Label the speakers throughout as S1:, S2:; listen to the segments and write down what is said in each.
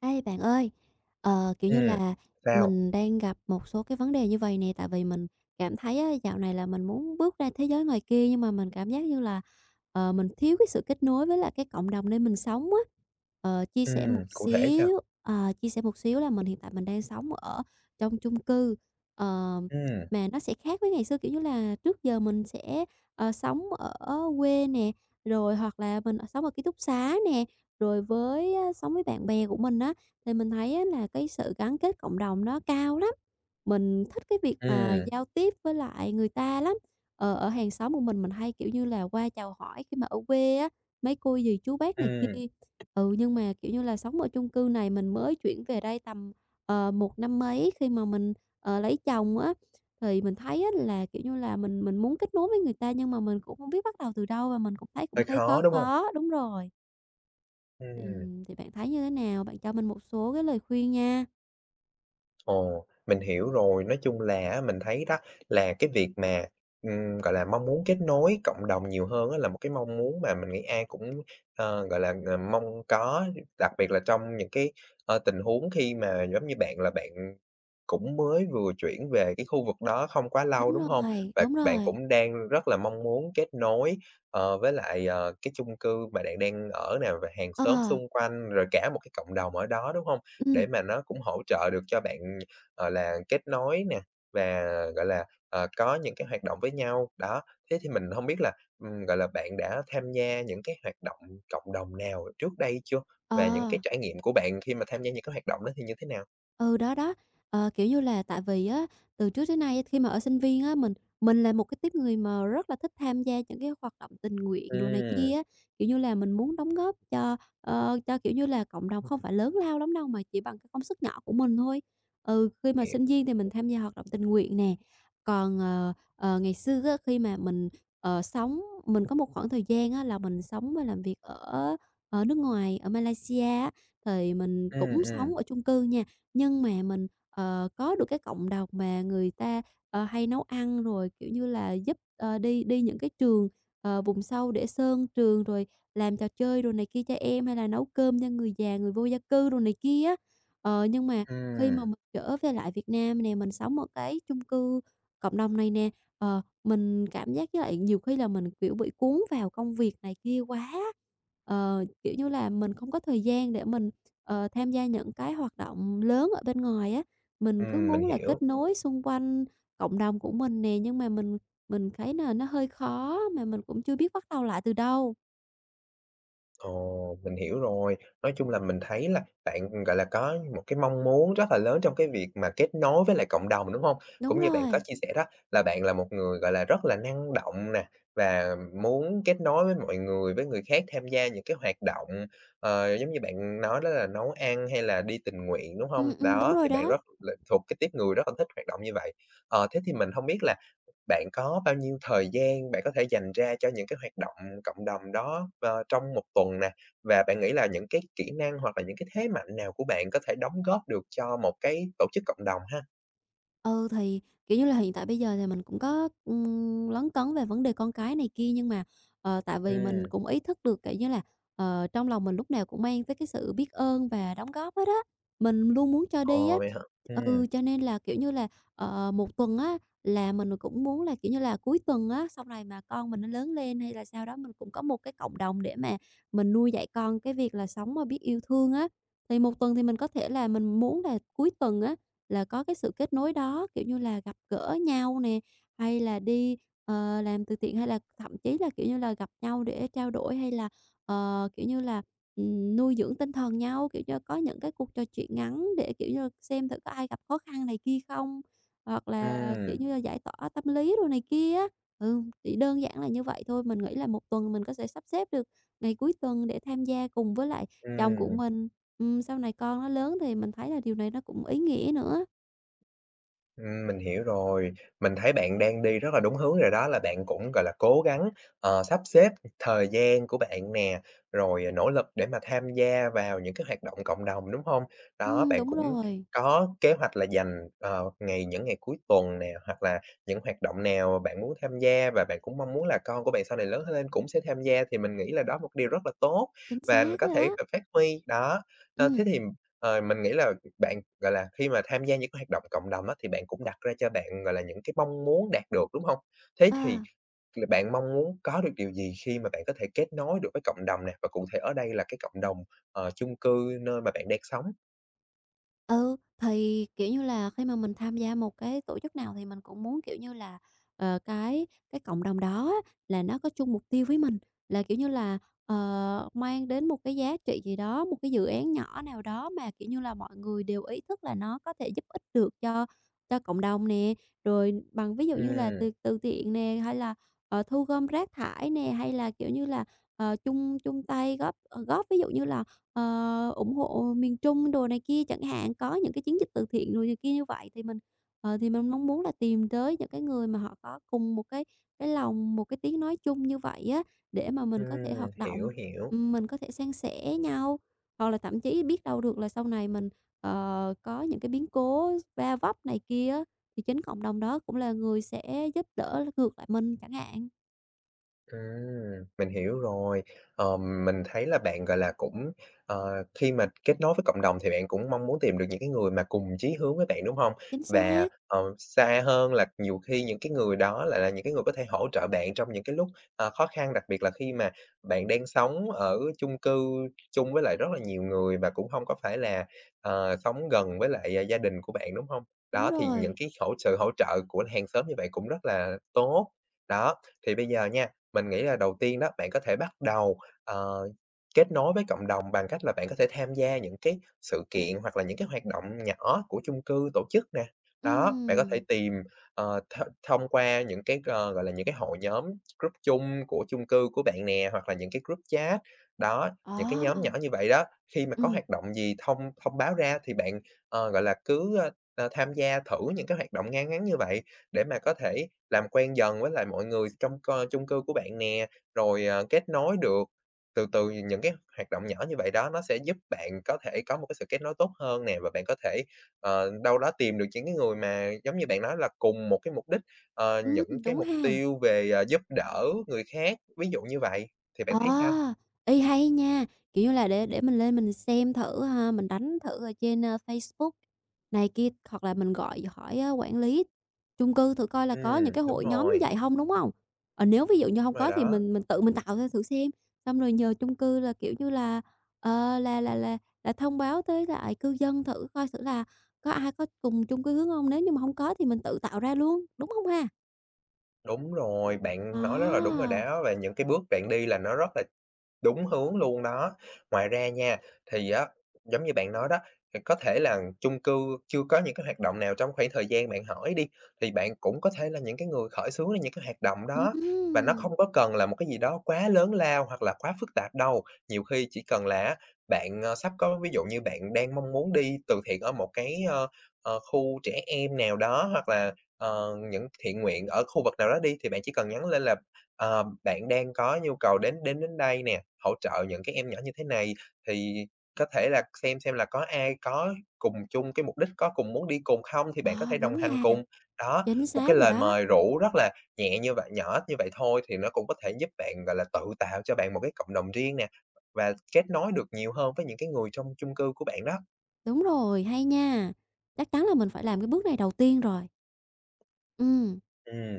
S1: Ê, bạn ơi, kiểu như
S2: Ừm,
S1: là,
S2: sao?
S1: mình đang gặp một số cái vấn đề như vầy nè, tại vì mình cảm thấy á, dạo này là mình muốn bước ra thế giới ngoài kia, nhưng mà mình cảm giác như là, mình thiếu cái sự kết nối với lại cái cộng đồng nơi mình sống á.
S2: Cụ thể sao?
S1: Chia sẻ một xíu là mình hiện tại mình đang sống ở trong chung cư, ờ,
S2: Ừm,
S1: mà nó sẽ khác với ngày xưa, kiểu như là, trước giờ mình sẽ, sống ở quê nè, rồi hoặc là mình, sống ở ký túc xá nè, rồi với á, sống với bạn bè của mình á. Thì mình thấy á là cái sự gắn kết cộng đồng nó cao lắm, mình thích cái việc mà
S2: ừm,
S1: giao tiếp với lại người ta lắm. Ở hàng xóm của mình hay, kiểu như là, qua chào hỏi khi mà ở quê á, mấy cô dì chú bác này
S2: ừm,
S1: kia. Ừ, nhưng mà, kiểu như là, sống ở chung cư này mình mới chuyển về đây tầm, một năm mấy khi mà mình, lấy chồng á, thì mình thấy á là, kiểu như là, mình muốn kết nối với người ta nhưng mà mình cũng không biết bắt đầu từ đâu và mình cũng thấy cũng
S2: hơi
S1: hơi khó
S2: khó, đúng hông?
S1: khó. Đúng rồi.
S2: Ừm,
S1: Thì bạn thấy như thế nào? Bạn cho mình một số cái lời khuyên nha.
S2: ồ, mình hiểu rồi. Nói chung là á, mình thấy đó là cái việc mà, gọi là, mong muốn kết nối cộng đồng nhiều hơn á là một cái mong muốn mà mình nghĩ ai cũng, gọi là, mong có, đặc biệt là trong những cái, tình huống khi mà giống như bạn là bạn cũng mới vừa chuyển về cái khu vực đó không quá lâu,
S1: Đúng
S2: đúng hông?
S1: rồi,
S2: Và
S1: đúng
S2: bạn
S1: rồi.
S2: cũng đang rất là mong muốn kết nối, với lại, cái chung cư mà bạn đang ở nè, và hàng
S1: Ờ,
S2: xóm xung quanh, rồi cả một cái cộng đồng ở đó, đúng hông? Để
S1: ừ
S2: mà nó cũng hỗ trợ được cho bạn, gọi là, kết nối nè, và, gọi là, có những cái hoạt động với nhau. Đó, thế thì mình hông biết là, gọi là, bạn đã tham gia những cái hoạt động cộng đồng nào trước đây chưa?
S1: ờ.
S2: Và những cái trải nghiệm của bạn khi mà tham gia những cái hoạt động đó thì như thế nào?
S1: Ừ, đó, đó. Ờ, kiểu như là, tại vì á, từ trước tới nay khi mà ở sinh viên á, mình là một cái tiếp người mà rất là thích tham gia những cái hoạt động tình nguyện đồ này kia
S2: Ừm,
S1: á. Kiểu như là, mình muốn đóng góp cho, kiểu như là, cộng đồng không phải lớn lao lắm đâu, mà chỉ bằng cái công sức nhỏ của mình thôi. Ừ, khi mà
S2: hiểu.
S1: sinh viên thì mình tham gia hoạt động tình nguyện nè. Còn, ngày xưa á, khi mà mình, ờ, sống mình có một khoảng thời gian á, là mình sống và làm việc ở ở nước ngoài, ở Malaysia á, thì mình
S2: Ừm,
S1: cũng
S2: ừm,
S1: sống ở chung cư nha nhưng mà mình, có được cái cộng đồng mà người ta, hay nấu ăn rồi, kiểu như là, giúp, ờ, đi đi những cái trường, vùng sâu để sơn trường, rồi làm trò chơi đồ này kia cho em, hay là nấu cơm cho người già, người vô gia cư đồ này kia á. Nhưng mà khi
S2: ừm,
S1: mà mình trở về lại Việt Nam nè, mình sống ở cái chung cư cộng đồng này nè, mình cảm giác với lại nhiều khi là mình, kiểu, bị cuốn vào công việc này kia quá. Ờ, kiểu như là, mình không có thời gian để mình tham gia những cái hoạt động lớn ở bên ngoài á, mình cứ
S2: mình
S1: muốn là
S2: hiểu.
S1: kết nối xung quanh cộng đồng của mình nè, nhưng mà mình thấy là nó hơi khó, mà mình cũng chưa biết bắt đầu lại từ đâu.
S2: Ồ, mình hiểu rồi. Nói chung là mình thấy là bạn, gọi là, có một cái mong muốn rất là lớn trong cái việc mà kết nối với lại cộng đồng, đúng hông?
S1: Đúng
S2: Cũng như bạn có
S1: rồi,
S2: chia sẻ đó, là bạn là một người, gọi là, rất là năng động nè, và muốn kết nối với mọi người, với người khác tham gia những cái hoạt động, giống như bạn nói đó là nấu ăn hay là đi tình nguyện, đúng hông?
S1: đúng
S2: Đó,
S1: rồi
S2: thì bạn
S1: đó.
S2: rất là thuộc cái tuýp người rất là thích hoạt động như vậy. Thế thì mình hông biết là bạn có bao nhiêu thời gian bạn có thể dành ra cho những cái hoạt động cộng đồng đó, trong một tuần nè? Và bạn nghĩ là những cái kỹ năng hoặc là những cái thế mạnh nào của bạn có thể đóng góp được cho một cái tổ chức cộng đồng ha?
S1: Ừ, thì, kiểu như là, hiện tại bây giờ thì mình cũng có, lấn cấn về vấn đề con cái này kia, nhưng mà, tại vì mình
S2: Ừm,
S1: cũng ý thức được, kiểu như là, trong lòng mình lúc nào cũng mang tới cái sự biết ơn và đóng góp hết á, mình luôn muốn cho đi á.
S2: ồ, vậy hả?
S1: Ừ,
S2: Ừm,
S1: cho nên là, kiểu như là, một tuần á là mình cũng muốn là, kiểu như là, cuối tuần á, sau này mà con mình nó lớn lên hay là sau đó mình cũng có một cái cộng đồng để mà mình nuôi dạy con cái việc là sống mà biết yêu thương á. Thì một tuần thì mình có thể là mình muốn là cuối tuần á, là có cái sự kết nối đó, kiểu như là, gặp gỡ nhau nè, hay là đi, làm từ thiện, hay là thậm chí là, kiểu như là, gặp nhau để trao đổi, hay là, kiểu như là, nuôi dưỡng tinh thần nhau, kiểu như, có những cái cuộc trò chuyện ngắn để, kiểu như là, xem thử có ai gặp khó khăn này kia không, hoặc là, kiểu
S2: ừm,
S1: như là, giải tỏa tâm lý đồ này kia á. Ừ, chỉ đơn giản là như vậy thôi, mình nghĩ là một tuần mình có thể sắp xếp được ngày cuối tuần để tham gia cùng với lại chồng của
S2: ừm.
S1: mình, sau này con nó lớn thì mình thấy là điều này nó cũng ý nghĩa nữa.
S2: Mình hiểu rồi. Mình thấy bạn đang đi rất là đúng hướng rồi đó, là bạn cũng, gọi là, cố gắng, sắp xếp thời gian của bạn nè, rồi nỗ lực để mà tham gia vào những cái hoạt động cộng đồng, đúng không? Đó, bạn
S1: Đúng
S2: cũng
S1: rồi,
S2: có kế hoạch là dành, ngày những ngày cuối tuần nè, hoặc là những hoạt động nào mà bạn muốn tham gia và bạn cũng mong muốn là con của bạn sau này lớn lên cũng sẽ tham gia, thì mình nghĩ là đó một điều rất là tốt
S1: chính
S2: và
S1: xác đó
S2: có thể,
S1: đó.
S2: phát huy. Đó,
S1: Ừm,
S2: thế thì, mình nghĩ là bạn, gọi là, khi mà tham gia những cái hoạt động cộng đồng á, thì bạn cũng đặt ra cho bạn, gọi là, những cái mong muốn đạt được, đúng không? Thế
S1: ờ.
S2: thì là bạn mong muốn có được điều gì khi mà bạn có thể kết nối được với cộng đồng nè? Và cụ thể ở đây là cái cộng đồng, chung cư nơi mà bạn đang sống.
S1: Ừ, thì, kiểu như là, khi mà mình tham gia một cái tổ chức nào thì mình cũng muốn, kiểu như là, cái cộng đồng đó á là nó có chung mục tiêu với mình, là, kiểu như là, mang đến một cái giá trị gì đó, một cái dự án nhỏ nào đó mà, kiểu như là, mọi người đều ý thức là nó có thể giúp ích được cho cộng đồng nè. Rồi bằng ví dụ như là
S2: Ừm,
S1: từ từ thiện nè, hay là, thu gom rác thải nè, hay là, kiểu như là, ờ, chung chung tay góp, góp ví dụ như là ủng hộ miền Trung đồ này kia chẳng hạn, có những cái chiến dịch từ thiện rồi này kia như vậy thì mình mong muốn là tìm tới những cái người mà họ có cùng một cái lòng, một cái tiếng nói chung như vậy á, để mà mình có thể hoạt động,
S2: hiểu, hiểu.
S1: mình có thể san sẻ nhau. Hoặc là thậm chí biết đâu được là sau này mình, có những cái biến cố va vấp này kia á, thì chính cộng đồng đó cũng là người sẽ giúp đỡ ngược lại mình chẳng hạn.
S2: Mình hiểu rồi. Mình thấy là bạn, gọi là, cũng, khi mà kết nối với cộng đồng thì bạn cũng mong muốn tìm được những cái người mà cùng chí hướng với bạn, đúng không?
S1: Chính
S2: Và,
S1: xác,
S2: xa hơn là nhiều khi những cái người đó lại là những cái người có thể hỗ trợ bạn trong những cái lúc, khó khăn, đặc biệt là khi mà bạn đang sống ở chung cư chung với lại rất là nhiều người và cũng không có phải là, sống gần với lại, gia đình của bạn, đúng không?
S1: đúng
S2: Đó, thì những
S1: rồi.
S2: cái sự hỗ trợ của hàng xóm như vậy cũng rất là tốt. Đó, thì bây giờ nha, mình nghĩ là đầu tiên đó, bạn có thể bắt đầu, ờ, kết nối với cộng đồng bằng cách là bạn có thể tham gia những cái sự kiện hoặc là những cái hoạt động nhỏ của chung cư tổ chức nè. Đó, bạn có thể
S1: Ừm.
S2: tìm, thông qua những cái, gọi là, những cái hội nhóm group chung của chung cư của bạn nè, hoặc là những cái group chat. Đó, những cái
S1: Ờ.
S2: nhóm nhỏ như vậy đó, khi mà có
S1: Ừm.
S2: hoạt động gì thông thông báo ra thì bạn, gọi là, cứ, tham gia thử những cái hoạt động ngang ngắn như vậy. Để mà có thể làm quen dần với lại mọi người trong chung cư của bạn nè, rồi, kết nối được. Từ từ những cái hoạt động nhỏ như vậy đó nó sẽ giúp bạn có thể có một cái sự kết nối tốt hơn nè, và bạn có thể, đâu đó tìm được những cái người mà giống như bạn nói là cùng một cái mục đích, những cái
S1: Đúng
S2: mục
S1: ha.
S2: tiêu về, giúp đỡ người khác, ví dụ như vậy, thì bạn thấy sao?
S1: Ờ, ê, hay nha, kiểu như là, để mình lên mình xem thử ha, mình đánh thử ở trên, Facebook này kia, hoặc là mình gọi hỏi, quản lý chung cư thử coi là có những
S2: Ừm,
S1: cái
S2: đúng
S1: hội nhóm như
S2: rồi,
S1: vậy hông, đúng hông? Ờ, nếu ví dụ như
S2: đúng
S1: hông
S2: rồi
S1: có thì
S2: đó,
S1: mình tự mình tạo ra thử xem, xong rồi nhờ chung cư là, kiểu như là, ờ, là là là là thông báo tới lại cư dân thử coi thử là có ai có cùng chung cư hướng hông, nếu như mà hông có thì mình tự tạo ra luôn, đúng hông ha?
S2: đúng rồi, bạn nói rất là đúng rồi
S1: À,
S2: đó, và những cái bước bạn đi là nó rất là đúng hướng luôn đó. Ngoài ra nha, thì á, giống như bạn nói đó, thì có thể là chung cư chưa có những cái hoạt động nào trong khoảng thời gian bạn hỏi đi, thì bạn cũng có thể là những cái người khởi xướng ra những cái hoạt động đó, và nó
S1: ừm.
S2: không có cần là một cái gì đó quá lớn lao hoặc là quá phức tạp đâu. Nhiều khi chỉ cần là á, bạn, sắp có ví dụ như bạn đang mong muốn đi từ thiện ở một cái, khu trẻ em nào đó, hoặc là, những thiện nguyện ở khu vực nào đó đi, thì bạn chỉ cần nhắn lên là bạn đang có nhu cầu đến đến đến đây nè, hỗ trợ những cái em nhỏ như thế này, thì có thể là xem là có ai có cùng chung cái mục đích, có cùng muốn đi cùng không thì bạn có
S1: Ờ,
S2: thể đồng
S1: đúng
S2: hành
S1: ha,
S2: cùng. Đó,
S1: chính
S2: một cái
S1: xác rồi
S2: lời
S1: đó.
S2: mời rủ rất là nhẹ như vậy, nhỏ như vậy thôi thì nó cũng có thể giúp bạn, gọi là, tự tạo cho bạn một cái cộng đồng riêng nè, và kết nối được nhiều hơn với những cái người trong chung cư của bạn đó.
S1: Đúng rồi, hay nha. Chắc chắn là mình phải làm cái bước này đầu tiên rồi. Ừm,
S2: Ừm.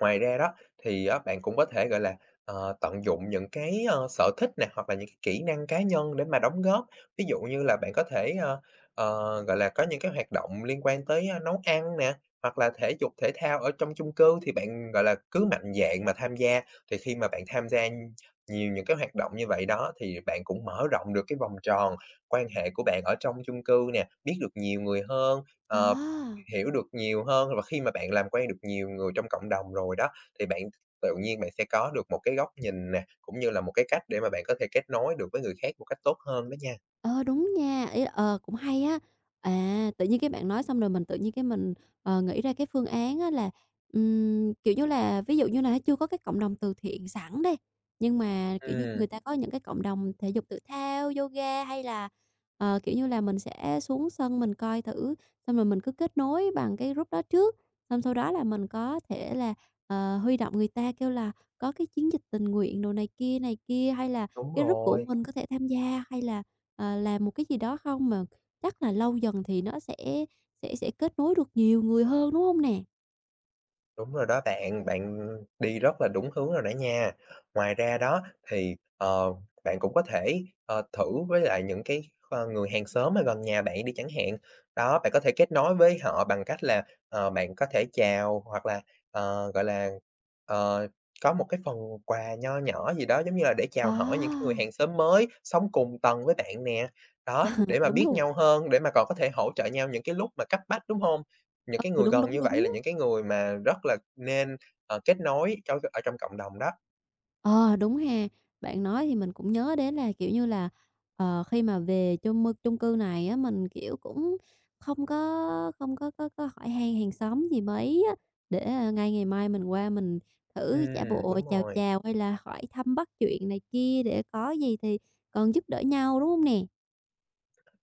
S2: Ngoài ra đó thì á, bạn cũng có thể, gọi là, tận dụng những cái, sở thích nè, hoặc là những cái kỹ năng cá nhân để mà đóng góp. Ví dụ như là bạn có thể, gọi là, có những cái hoạt động liên quan tới, nấu ăn nè, hoặc là thể dục thể thao ở trong chung cư thì bạn, gọi là, cứ mạnh dạn mà tham gia. Thì khi mà bạn tham gia nhiều những cái hoạt động như vậy đó, thì bạn cũng mở rộng được cái vòng tròn quan hệ của bạn ở trong chung cư nè, biết được nhiều người hơn,
S1: ờ.
S2: ờ hiểu được nhiều hơn và khi mà bạn làm quen được nhiều người trong cộng đồng rồi đó, thì bạn tự nhiên bạn sẽ có được một cái góc nhìn nè, cũng như là một cái cách để mà bạn có thể kết nối được với người khác một cách tốt hơn đó nha.
S1: Ờ, đúng nha, ý, cũng hay á. À, tự nhiên cái bạn nói xong rồi mình tự nhiên cái mình, nghĩ ra cái phương án á là, kiểu như là, ví dụ như là chưa có cái cộng đồng từ thiện sẵn đây nhưng mà, kiểu như,
S2: Ừ
S1: người ta có những cái cộng đồng thể dục thể thao, yoga hay là, kiểu như là, mình sẽ xuống sân mình coi thử, xong rồi mình cứ kết nối bằng cái group đó trước, xong sau đó là mình có thể là, huy động người ta kêu là có cái chiến dịch tình nguyện đồ này kia, hay là
S2: đúng
S1: cái group của
S2: rồi.
S1: mình có thể tham gia, hay là làm một cái gì đó không? Mà chắc là lâu dần thì nó sẽ kết nối được nhiều người hơn, đúng hông nè?
S2: Đúng rồi đó bạn, bạn đi rất là đúng hướng rồi đó nha. Ngoài ra đó thì, bạn cũng có thể, thử với lại những cái, người hàng xóm ở gần nhà bạn đi chẳng hạn. Đó, bạn có thể kết nối với họ bằng cách là, bạn có thể chào hoặc là, gọi là, ờ, có một cái phần quà nho nhỏ gì đó, giống như là để chào hỏi những cái người
S1: À,
S2: hàng xóm mới sống cùng tầng với bạn nè.
S1: ờ,
S2: Đó, để mà
S1: đúng
S2: biết
S1: rồi.
S2: nhau hơn, để mà còn có thể hỗ trợ nhau những cái lúc mà cấp bách, đúng không? Những cái
S1: Ừ,
S2: người
S1: đúng,
S2: gần
S1: đúng,
S2: như vậy
S1: đúng.
S2: là những cái người mà rất là nên, kết nối cho ở trong cộng đồng đó.
S1: Ờ, đúng ha. Bạn nói thì mình cũng nhớ đến là, kiểu như là, khi mà về chung cư này á, mình, kiểu, cũng không có không có hỏi han hàng xóm gì mấy á, để, à, ngay ngày mai mình qua mình thử giả
S2: Ừm,
S1: bộ
S2: đúng
S1: chào
S2: rồi,
S1: chào hay là hỏi thăm bắt chuyện này kia để có gì thì còn giúp đỡ nhau, đúng hông nè?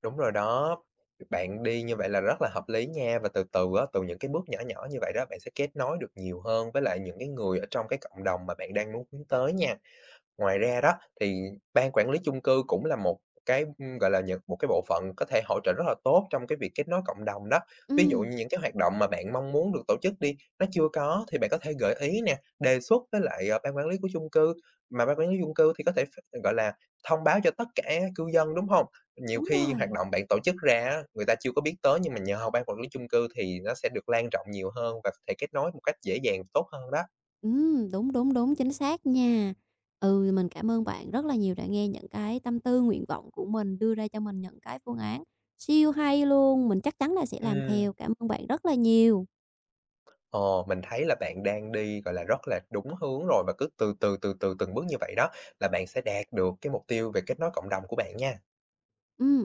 S2: đúng rồi đó. Bạn đi như vậy là rất là hợp lý nha, và từ từ á, từ những cái bước nhỏ nhỏ như vậy đó, bạn sẽ kết nối được nhiều hơn với lại những cái người ở trong cái cộng đồng mà bạn đang muốn hướng tới nha. Ngoài ra đó, thì ban quản lý chung cư cũng là một cái, gọi là, một cái bộ phận có thể hỗ trợ rất là tốt trong cái việc kết nối cộng đồng đó. Ví dụ
S1: Ừm.
S2: như những cái hoạt động mà bạn mong muốn được tổ chức đi, nó chưa có thì bạn có thể gợi ý nè, đề xuất với lại, ban quản lý của chung cư, mà ban quản lý chung cư thì có thể gọi là, thông báo cho tất cả cư dân, đúng hông? Nhiều
S1: Đúng
S2: khi hoạt
S1: rồi.
S2: động bạn tổ chức ra á, người ta chưa có biết tới nhưng mà nhờ ban quản lý chung cư thì nó sẽ được lan rộng nhiều hơn và có thể kết nối một cách dễ dàng, tốt hơn đó.
S1: Đúng, đúng, đúng, chính xác nha. Ừ, mình cảm ơn bạn rất là nhiều đã nghe những cái tâm tư, nguyện vọng của mình, đưa ra cho mình những cái phương án siêu hay luôn, mình chắc chắn là sẽ làm
S2: Ừm.
S1: theo. Cảm ơn bạn rất là nhiều.
S2: Ờ, mình thấy là bạn đang đi, gọi là, rất là đúng hướng rồi và cứ từ từ, từ từ, từng bước như vậy đó là bạn sẽ đạt được cái mục tiêu về kết nối cộng đồng của bạn nha.
S1: Ừm.